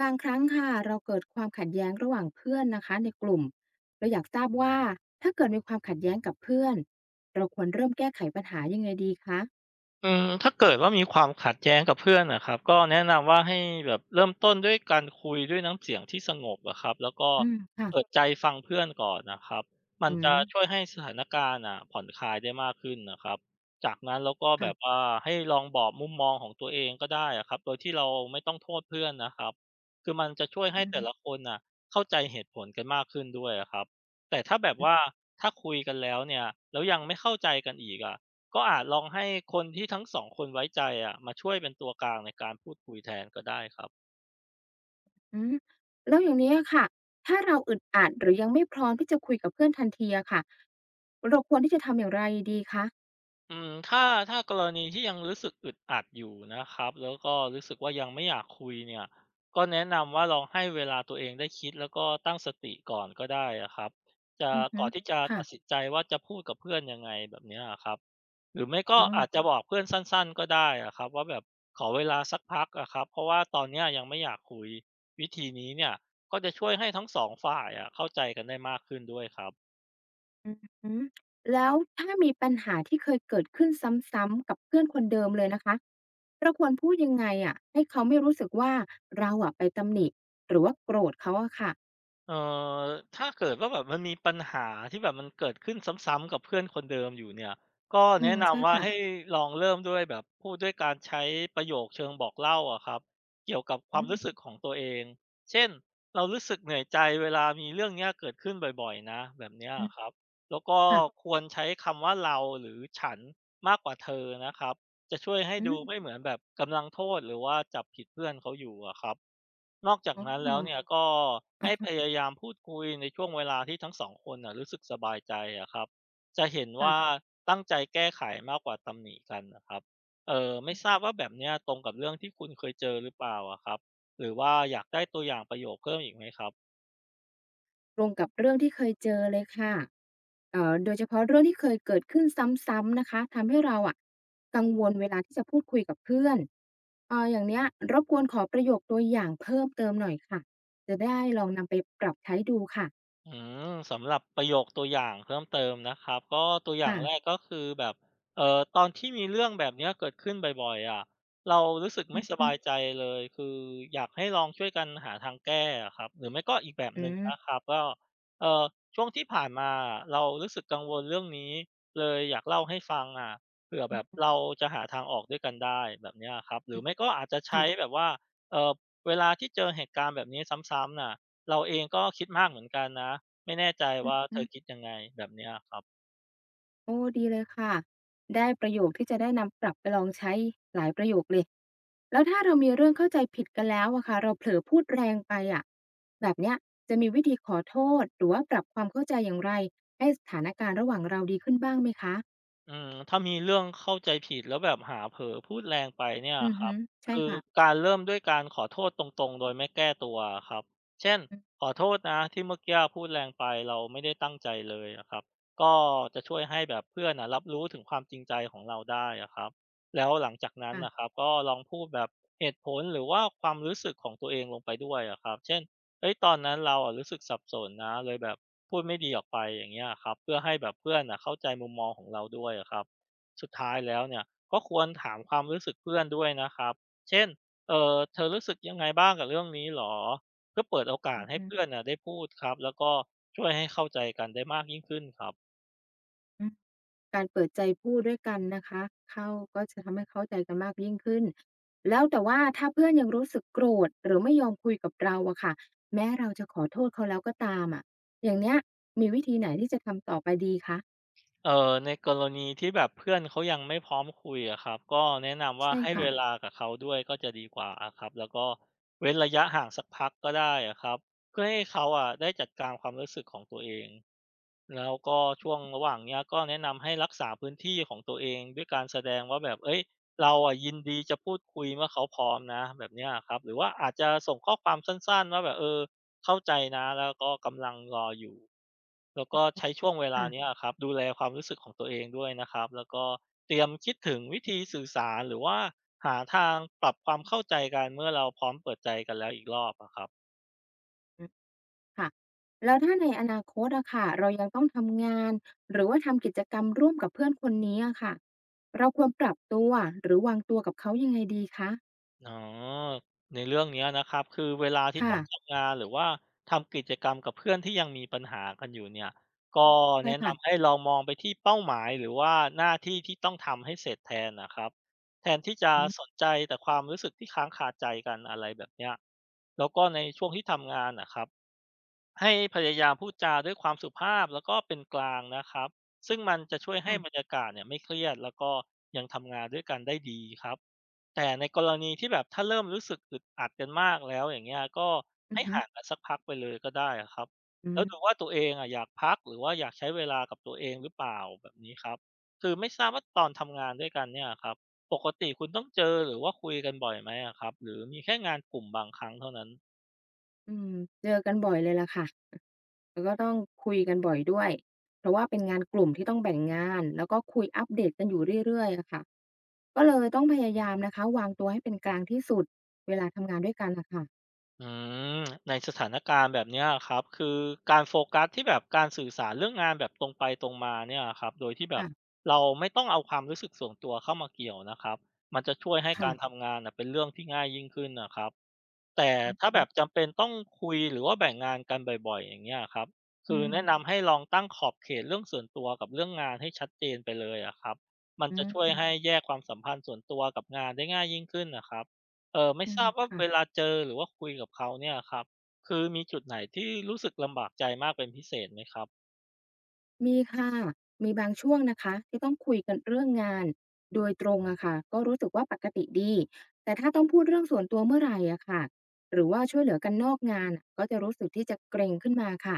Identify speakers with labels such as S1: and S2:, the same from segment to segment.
S1: บางครั้งค่ะเราเกิดความขัดแย้งระหว่างเพื่อนนะคะในกลุ่มเราอยากทราบว่าถ้าเกิดมีความขัดแย้งกับเพื่อนเราควรเริ่มแก้ไขปัญหายังไงดีคะ
S2: ถ้าเกิดว่ามีความขัดแย้งกับเพื่อนนะครับก็แนะนำว่าให้แบบเริ่มต้นด้วยการคุยด้วยน้ำเสียงที่สงบอะครับแล้วก็
S1: อืม
S2: เปิด
S1: ค่ะ
S2: ใจฟังเพื่อนก่อนนะครับมัน
S1: อื
S2: จะ
S1: ม
S2: ช่วยให้สถานการณ์อะผ่อนคลายได้มากขึ้นนะครับจากนั้นเราก็แบบ
S1: ค่ะ
S2: ว่าให้ลองบอกมุมมองของตัวเองก็ได้อะครับโดยที่เราไม่ต้องโทษเพื่อนนะครับคือมันจะช่วยให้
S1: อืม
S2: แต่ละคนอะเข้าใจเหตุผลกันมากขึ้นด้วยอะครับแต่ถ้าแบบ
S1: อือ
S2: ว่าถ้าคุยกันแล้วเนี่ยแล้วยังไม่เข้าใจกันอีกอะ ก็อาจลองให้คนที่ทั้งสองคนไว้ใจอะมาช่วยเป็นตัวกลางในการพูดคุยแทนก็ได้ครับ
S1: อืมแล้วอย่างนี้อค่ะถ้าเราอึดอัดหรือยังไม่พร้อมที่จะคุยกับเพื่อนทันทีอะค่ะเราควรที่จะทำอย่างไรดีคะ
S2: ถ้ากรณีที่ยังรู้สึกอึดอัดอยู่นะครับแล้วก็รู้สึกว่ายังไม่อยากคุยเนี่ยก็แนะนำว่าลองให้เวลาตัวเองได้คิดแล้วก็ตั้งสติก่อนก็ได้อะครับจะ
S1: อือฮึ
S2: ก่อนที่จะ
S1: ค่ะ
S2: ตัดสินใจว่าจะพูดกับเพื่อนยังไงแบบเนี้ยครับหรือไม่ก็
S1: อ๋อ
S2: อาจจะบอกเพื่อนสั้นๆก็ได้อะครับว่าแบบขอเวลาสักพักอะครับเพราะว่าตอนเนี้ยยังไม่อยากคุยวิธีนี้เนี่ยก็จะช่วยให้ทั้งสองฝ่ายอะเข้าใจกันได้มากขึ้นด้วยครับ
S1: อือฮึแล้วถ้ามีปัญหาที่เคยเกิดขึ้นซ้ำๆกับเพื่อนคนเดิมเลยนะคะเราควรพูดยังไงอะให้เขาไม่รู้สึกว่าเราอะไปตำหนิหรือว่าโกรธเขาอะค่ะ
S2: เอ่อถ้าเกิดว่าแบบมันมีปัญหาที่แบบมันเกิดขึ้นซ้ำๆกับเพื่อนคนเดิมอยู่เนี่ยก็
S1: อื
S2: แนะ
S1: มใช่
S2: นำว่า
S1: ค่ะ
S2: ให้ลองเริ่มด้วยแบบพูดด้วยการใช้ประโยคเชิงบอกเล่าอะครับเกี่ยวกับค
S1: อื
S2: วามรู้สึก
S1: ม
S2: ของตัวเองเช่นเรารู้สึกเหนื่อยใจเวลามีเรื่องเนี้ยเกิดขึ้นบ่อยๆนะแบบเนี้ย
S1: อืม
S2: อะครับแล้วก็
S1: ค่ะ
S2: ควรใช้คำว่าเราหรือฉันมากกว่าเธอนะครับจะช่วยให้
S1: อื
S2: ดู
S1: ม
S2: ไม่เหมือนแบบกำลังโทษหรือว่าจับผิดเพื่อนเขาอยู่อะครับ นอกจาก
S1: อ๋อ
S2: นั้นแล้วเนี่ยก็
S1: อะ
S2: ให้พ
S1: ฮะ
S2: ยายามพูดคุยในช่วงเวลาที่ทั้งสองคนน่ะรู้สึกสบายใจอะครับจะเห็นว่า
S1: ค่ะ
S2: ตั้งใจแก้ไขมากกว่าตำหนิกันนะครับเออไม่
S1: อือ
S2: ทราบว่าแบบเนี้ยตรงกับเรื่องที่คุณเคยเจอหรือเปล่าอะครับหรือว่าอยากได้ตัวอย่างประโยคเพิ่มอีกไหมครับ
S1: ตรงกับเรื่องที่เคยเจอเลยค่ะโดยเฉพาะเรื่องที่เคยเกิดขึ้นซ้ำๆนะคะทำให้เราอะกังวลเวลาที่จะพูดคุยกับเพื่อน อย่างเนี้ยรบกวนขอประโยคตัวอย่างเพิ่มเติมหน่อยค่ะจะได้ลองนำไปปรับใช้ดูค่ะ
S2: อืมสำหรับประโยคตัวอย่างเพิ่มเติมนะครับก็ตัวอย่าง
S1: ค่ะ
S2: แรกก็คือแบบตอนที่มีเรื่องแบบเนี้ยเกิดขึ้นบ่อยๆอ่ะเรารู้สึก
S1: อื
S2: ไม่
S1: อ
S2: ส
S1: ฮึ
S2: บายใจเลยคืออยากให้ลองช่วยกันหาทางแก้อะครับหรือไม่ก็อีกแบบห
S1: อื
S2: นึ่ง
S1: ม
S2: นะครับก็เอ่อช่วงที่ผ่านมาเรารู้สึกกังวลเรื่องนี้เลยอยากเล่าให้ฟังอ่ะเผื่อแบบ
S1: อืม
S2: เราจะหาทางออกด้วยกันได้แบบเนี้ยครับห
S1: อ
S2: รือ
S1: ม
S2: ไม่ก็อาจจะ
S1: ค่ะ
S2: ใช้แบบว่าเอ่อเวลาที่เจอเหตุการณ์แบบนี้ซ้ำๆน่ะ เราเองก็คิดมากเหมือนกันนะไม่แน่ใจ
S1: อือ
S2: ว่าเธ
S1: ฮึ
S2: อคิดยังไงแบบเนี้ยครับ
S1: โอ้ดีเลยค่ะ ได้ประโยคที่จะได้นำปรับไปลองใช้หลายประโยคเลยแล้วถ้าเรามีเรื่องเข้าใจผิดกันแล้วอะค่ะเราเผลอพูดแรงไปอะแบบเนี้ยจะมีวิธีขอโทษหรือว่าปรับความเข้าใจอย่างไร ให้สถานการณ์ระหว่างเราดีขึ้นบ้างไหมคะ
S2: ถ้ามีเรื่องเข้าใจผิดแล้วแบบหาเผลอพูดแรงไปเนี่ย
S1: อือ
S2: ครั
S1: ฮึ
S2: บ
S1: ใช่
S2: คือ
S1: ค่ะ
S2: การเริ่มด้วยการขอโทษตรงๆโดยไม่แก้ตัวอะครับเช่น
S1: อื
S2: ข
S1: ม
S2: อโทษนะที่เมื่อกี้พูดแรงไปเราไม่ได้ตั้งใจเลยอะครับก็จะช่วยให้แบบเพื่อนนะรับรู้ถึงความจริงใจของเราได้อะครับแล้วหลังจากนั้นนะครั
S1: ค่ะ
S2: บก็ลองพูดแบบเหตุผลหรือว่าความรู้สึกของตัวเองลงไปด้วยอะครับเช่น เฮ้ยตอนนั้นเราอะรู้สึกสับสนนะเลยแบบพูดไม่ดีออกไปอย่างเงี้ยครับเพื่อให้แบบเพื่อนน่ะเข้าใจมุมมองของเราด้วยอะครับสุดท้ายแล้วเนี่ยก็ควรถามความรู้สึกเพื่อนด้วยนะครับเช่นเออเธอรู้สึกยังไงบ้างกับเรื่องนี้เหรอเพื่อเปิดโอกาส
S1: อือฮ
S2: ให้เพื่อนน่ะได้พูดครับแล้วก็ช่วยให้เข้าใจกันได้มากยิ่งขึ้นครับ
S1: ึ การเปิดใจพูดด้วยกันนะคะเข้าก็จะทำให้เข้าใจกันมากยิ่งขึ้นแล้วแต่ว่าถ้าเพื่อนยังรู้สึกโกรธหรือไม่ยอมคุยกับเราอะค่ะแม้เราจะขอโทษเขาแล้วก็ตามอะอย่างเนี้ยมีวิธีไหนที่จะทำต่อไปดีคะ
S2: ในกรณีที่แบบเพื่อนเขายังไม่พร้อมคุยอะครับก็แนะนำว่า
S1: ใช่
S2: ให้
S1: ค่ะ
S2: เวลากับเขาด้วยก็จะดีกว่าอะครับแล้วก็เว้นระยะห่างสักพักก็ได้อะครับเพื่อให้เขาอะได้จัดการความรู้สึกของตัวเองแล้วก็ช่วงระหว่างเนี้ยก็แนะนำให้รักษาพื้นที่ของตัวเองด้วยการแสดงว่าแบบเฮ้ยเราอะยินดีจะพูดคุยเมื่อเขาพร้อมนะแบบเนี้ยครับหรือว่าอาจจะส่งข้อความสั้นๆว่าแบบเออ เข้าใจนะแล้วก็กำลังรออยู่แล้วก็ใช้ช่วงเวลา
S1: ค่ะ
S2: เนี้ยอะครับดูแลความรู้สึกของตัวเองด้วยนะครับแล้วก็เตรียมคิดถึงวิ
S1: อื
S2: ธี
S1: อ
S2: สื่อสารหรือว่าหาทางปรับความเข้าใจกันเมื่อเราพร้อมเปิดใจกันแล้วอีกรอบอะครับ
S1: ฮึค่ะแล้วถ้าในอนาคตอะค่ะเรายังต้องทำงานหรือว่าทำกิจกรรมร่วมกับเพื่อนคนนี้อะค่ะเราควรปรับตัวหรือวางตัวกับเขายังไงดีคะ
S2: อ๋อในเรื่องเนี้ยนะครับคือเว
S1: อ
S2: ลาที่ต้
S1: ค่ะ
S2: อง
S1: ม
S2: ทำงานหรือว่าทำกิจกรรมกับเพื่อนที่ยังมีปัญหากันอยู่เนี่ยก็
S1: ใช่
S2: แนะ
S1: ค่ะ
S2: นำให้ลองมองไปที่เป้าหมายหรือว่าหน้าที่ที่ต้องทำให้เสร็จแทนนะครับแทนที่จะ
S1: อื
S2: ส
S1: ม
S2: นใจแต่ความรู้สึกที่ค้างคาใจกันอะไรแบบเนี้ยแล้วก็ในช่วงที่ทำงานนะครับ ให้พยายามพูดจาด้วยความสุภาพแล้วก็เป็นกลางนะครับซึ่งมันจะช่วยให้
S1: ค่ะ
S2: บรรยากาศเนี่ยไม่เครียดแล้วก็ยังทำงานด้วยกันได้ดีครับแต่ในกรณีที่แบบถ้าเริ่มรู้สึกอึดอัดกันมากแล้วอย่างเงี้ยก็
S1: อือ
S2: ให้
S1: ฮึ
S2: ห่างกันสักพักไปเลยก็ได้อะครับ
S1: อื
S2: แล้วดู
S1: ม
S2: ว่าตัวเองอ่ะอยากพักหรือว่าอยากใช้เวลากับตัวเองหรือเปล่าแบบนี้ครับคือไม่ทราบว่าตอนทำงานด้วยกันเนี่ยครับปกติคุณต้องเจอหรือว่าคุยกันบ่อยไหมอะครับหรือมีแค่งานกลุ่มบางครั้งเท่านั้น
S1: อืมเจอกันบ่อยเลยล่ะค่ะแล้วก็ต้องคุยกันบ่อยด้วยเพราะว่าเป็นงานกลุ่มที่ต้องแบ่งงานแล้วก็คุยอัปเดตกันอยู่เรื่อยๆอะค่ะก็เลยต้องพยายามนะคะวางตัวให้เป็นกลางที่สุดเวลาทำงานด้วยกันน่ะค่ะ
S2: อืมในสถานการณ์แบบเนี้ยครับคือการโฟกัสที่แบบการสื่อสารเรื่องงานแบบตรงไปตรงมาเนี่ยครับโดยที่แบบ
S1: ค
S2: เราไม่ต้องเอาความรู้สึกส่วนตัวเข้ามาเกี่ยวนะครับมันจะช่วยให้
S1: ่ะ
S2: การ
S1: ๆ
S2: ทำงานน่ะเป็นเรื่องที่ง่ายยิ่งขึ้นนะครับ แต่
S1: อืมอ
S2: ถ้า
S1: ฮึ
S2: แบบจำเป็นต้องคุยหรือว่าแบ่งงานกันบ่อยๆอย่างเงี้ยครับ
S1: อื
S2: คือแนะ
S1: ม
S2: นำให้ลองตั้งขอบเขตเรื่องส่วนตัวกับเรื่องงานให้ชัดเจนไปเลยอะครับมัน
S1: อื
S2: จะช่วยให้
S1: ม
S2: แยกความสัมพันธ์ส่วนตัวกับงานได้ง่ายยิ่งขึ้นนะครับเออไม่
S1: อื
S2: ท
S1: ม
S2: ราบว่า
S1: ค่ะ
S2: เวลาเจอหรือว่าคุยกับเขาเนี่ยครับคือมีจุดไหนที่รู้สึกลำบากใจมากเป็นพิเศษไหมครับ
S1: มีค่ะมีบางช่วงนะคะที่ต้องคุยกันเรื่องงานโดยตรงอะค่ะก็รู้สึกว่าปกติดีแต่ถ้าต้องพูดเรื่องส่วนตัวเมื่อไหรอะค่ะหรือว่าช่วยเหลือกันนอกงานอะก็จะรู้สึกที่จะเกรงขึ้นมาค่ะ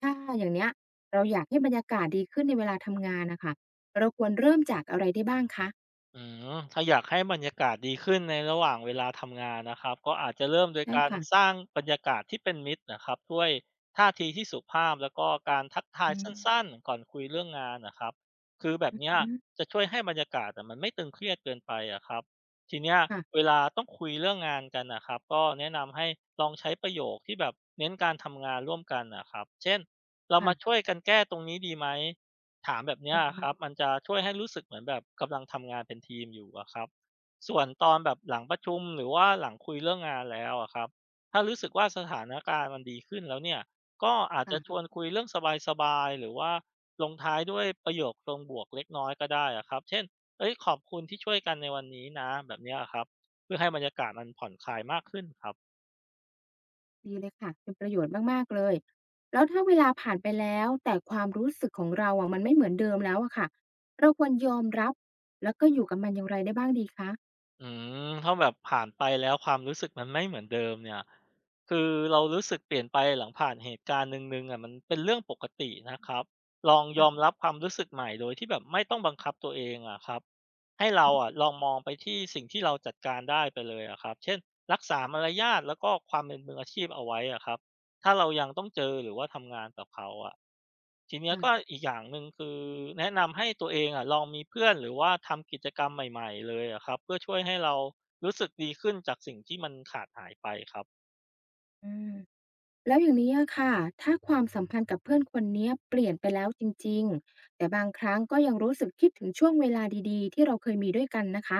S1: ถ้าอย่างเนี้ยเราอยากให้บรรยากาศดีขึ้นในเวลาทำงานน่ะค่ะเราควรเริ่มจากอะไรได้บ้างคะ
S2: อืมถ้าอยากให้บรรยากาศดีขึ้นในระหว่างเวลาทำงานนะครับก็อาจจะเริ่มโดย
S1: ใช่
S2: การ
S1: ค่ะ
S2: สร้างบรรยากาศที่เป็นมิตรนะครับด้วยท่าทีที่สุภาพแล้วก็การทักทาย
S1: อืม
S2: สั้นๆก่อนคุยเรื่องงานนะครับคือแบบ
S1: อ
S2: เนี้ย
S1: ม
S2: จะช่วยให้บรรยากาศอะมันไม่ตึงเครียดเกินไปอะครับทีเนี้ยเว
S1: ค่ะ
S2: ลาต้องคุยเรื่องงานกันนะครับก็แนะนำให้ลองใช้ประโยคที่แบบเน้นการทำงานร่วมกันนะครับเช่นเรา
S1: ค่ะ
S2: มาช่วยกันแก้ตรงนี้ดีไหม ถามแบบเนี้ย
S1: อะ
S2: ค
S1: ฮะ
S2: รับมันจะช่วยให้รู้สึกเหมือนแบบกำลังทำงานเป็นทีมอยู่อะครับส่วนตอนแบบหลังประชุมหรือว่าหลังคุยเรื่องงานแล้วอะครับถ้ารู้สึกว่าสถานการณ์มันดีขึ้นแล้วเนี่ยก็อาจจะชว
S1: ค่ะ
S2: นคุยเรื่องสบายๆหรือว่าลงท้ายด้วยประโยคเชิงบวกเล็กน้อยก็ได้อะครับเช่นเอ้ยขอบคุณที่ช่วยกันในวันนี้นะแบบเนี้ยครับเพื่อให้บรรยากาศมันผ่อนคลายมากขึ้นครับ
S1: ดีเลยค่ะเป็นประโยชน์มากๆเลยแล้วถ้าเวลาผ่านไปแล้วแต่ความรู้สึกของเราอะมันไม่เหมือนเดิมแล้วอะค่ะเราควรยอมรับแล้วก็อยู่กับมันอย่างไรได้บ้างดีคะ
S2: อืมถ้าแบบผ่านไปแล้วความรู้สึกมันไม่เหมือนเดิมเนี่ยคือเรารู้สึกเปลี่ยนไปหลังผ่านเหตุการณ์หนึ่งๆอ่ะมันเป็นเรื่องปกตินะครับลองยอม
S1: ค่ะ
S2: รับความรู้สึกใหม่โดยที่แบบไม่ต้องบังคับตัวเองอ่ะครับให้เรา
S1: อืม
S2: อ่ะลองมองไปที่สิ่งที่เราจัดการได้ไปเลยอ่ะครับเช่นรักษามารยาทแล้วก็ความเป็นมืออาชีพเอาไว้อ่ะครับถ้าเรายังต้องเจอหรือว่าทำงานกับเขาอ่ะ ทีเนี้ย
S1: ค่ะ
S2: ก็อีกอย่างหนึ่งคือแนะนำให้ตัวเองอะลองมีเพื่อนหรือว่าทำกิจกรรมใหม่ๆเลยอะครับเพื่อช่วยให้เรารู้สึกดีขึ้นจากสิ่งที่มันขาดหายไปครับ
S1: อืม แล้วอย่างนี้อะค่ะถ้าความสัมพันธ์กับเพื่อนคนเนี้ยเปลี่ยนไปแล้วจริงๆแต่บางครั้งก็ยังรู้สึกคิดถึงช่วงเวลาดีๆที่เราเคยมีด้วยกันนะคะ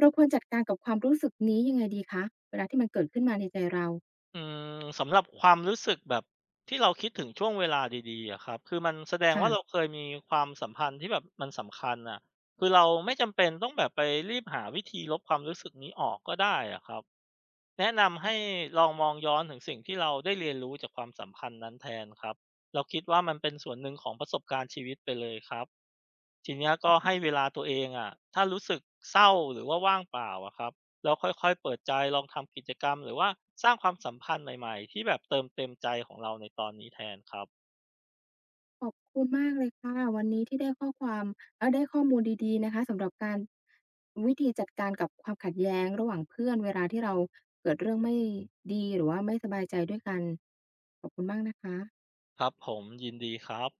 S1: เราควรจัดการกับความรู้สึกนี้ยังไงดีคะเวลาที่มันเกิดขึ้นมาในใจเรา
S2: อืมสำหรับความรู้สึกแบบที่เราคิดถึงช่วงเวลาดีๆอะครับคือมันแสดงว่าเราเค
S1: ค่ะ
S2: ยมีความสัมพันธ์ที่แบบมันสำคัญอะคือเราไม่จำเป็นต้องแบบไปรีบหาวิธีลบความรู้สึกนี้ออกก็ได้อะครับแนะนำให้ลองมองย้อนถึงสิ่งที่เราได้เรียนรู้จากความสัมพันธ์นั้นแทนครับเราคิดว่ามันเป็นส่วนหนึ่งของประสบการณ์ชีวิตไปเลยครับ ทีเนี้ยก็ให้เวลาตัวเองอะถ้ารู้สึกเศร้าหรือว่าว่างเปล่าอะครับแล้วค่อยๆเปิดใจลองทำกิจกรรมหรือว่าสร้างความสัมพันธ์ใหม่ๆที่แบบเติมเต็มใจของเราในตอนนี้แทนครับ
S1: ขอบคุณมากเลยค่ะ วันนี้ที่ได้ข้อความได้ข้อมูลดีๆนะคะสำหรับการวิธีจัดการกับความขัดแย้งระหว่างเพื่อนเวลาที่เราเกิดเรื่องไม่ดีหรือว่าไม่สบายใจด้วยกันขอบคุณมากนะคะ
S2: ครับผมยินดีครับ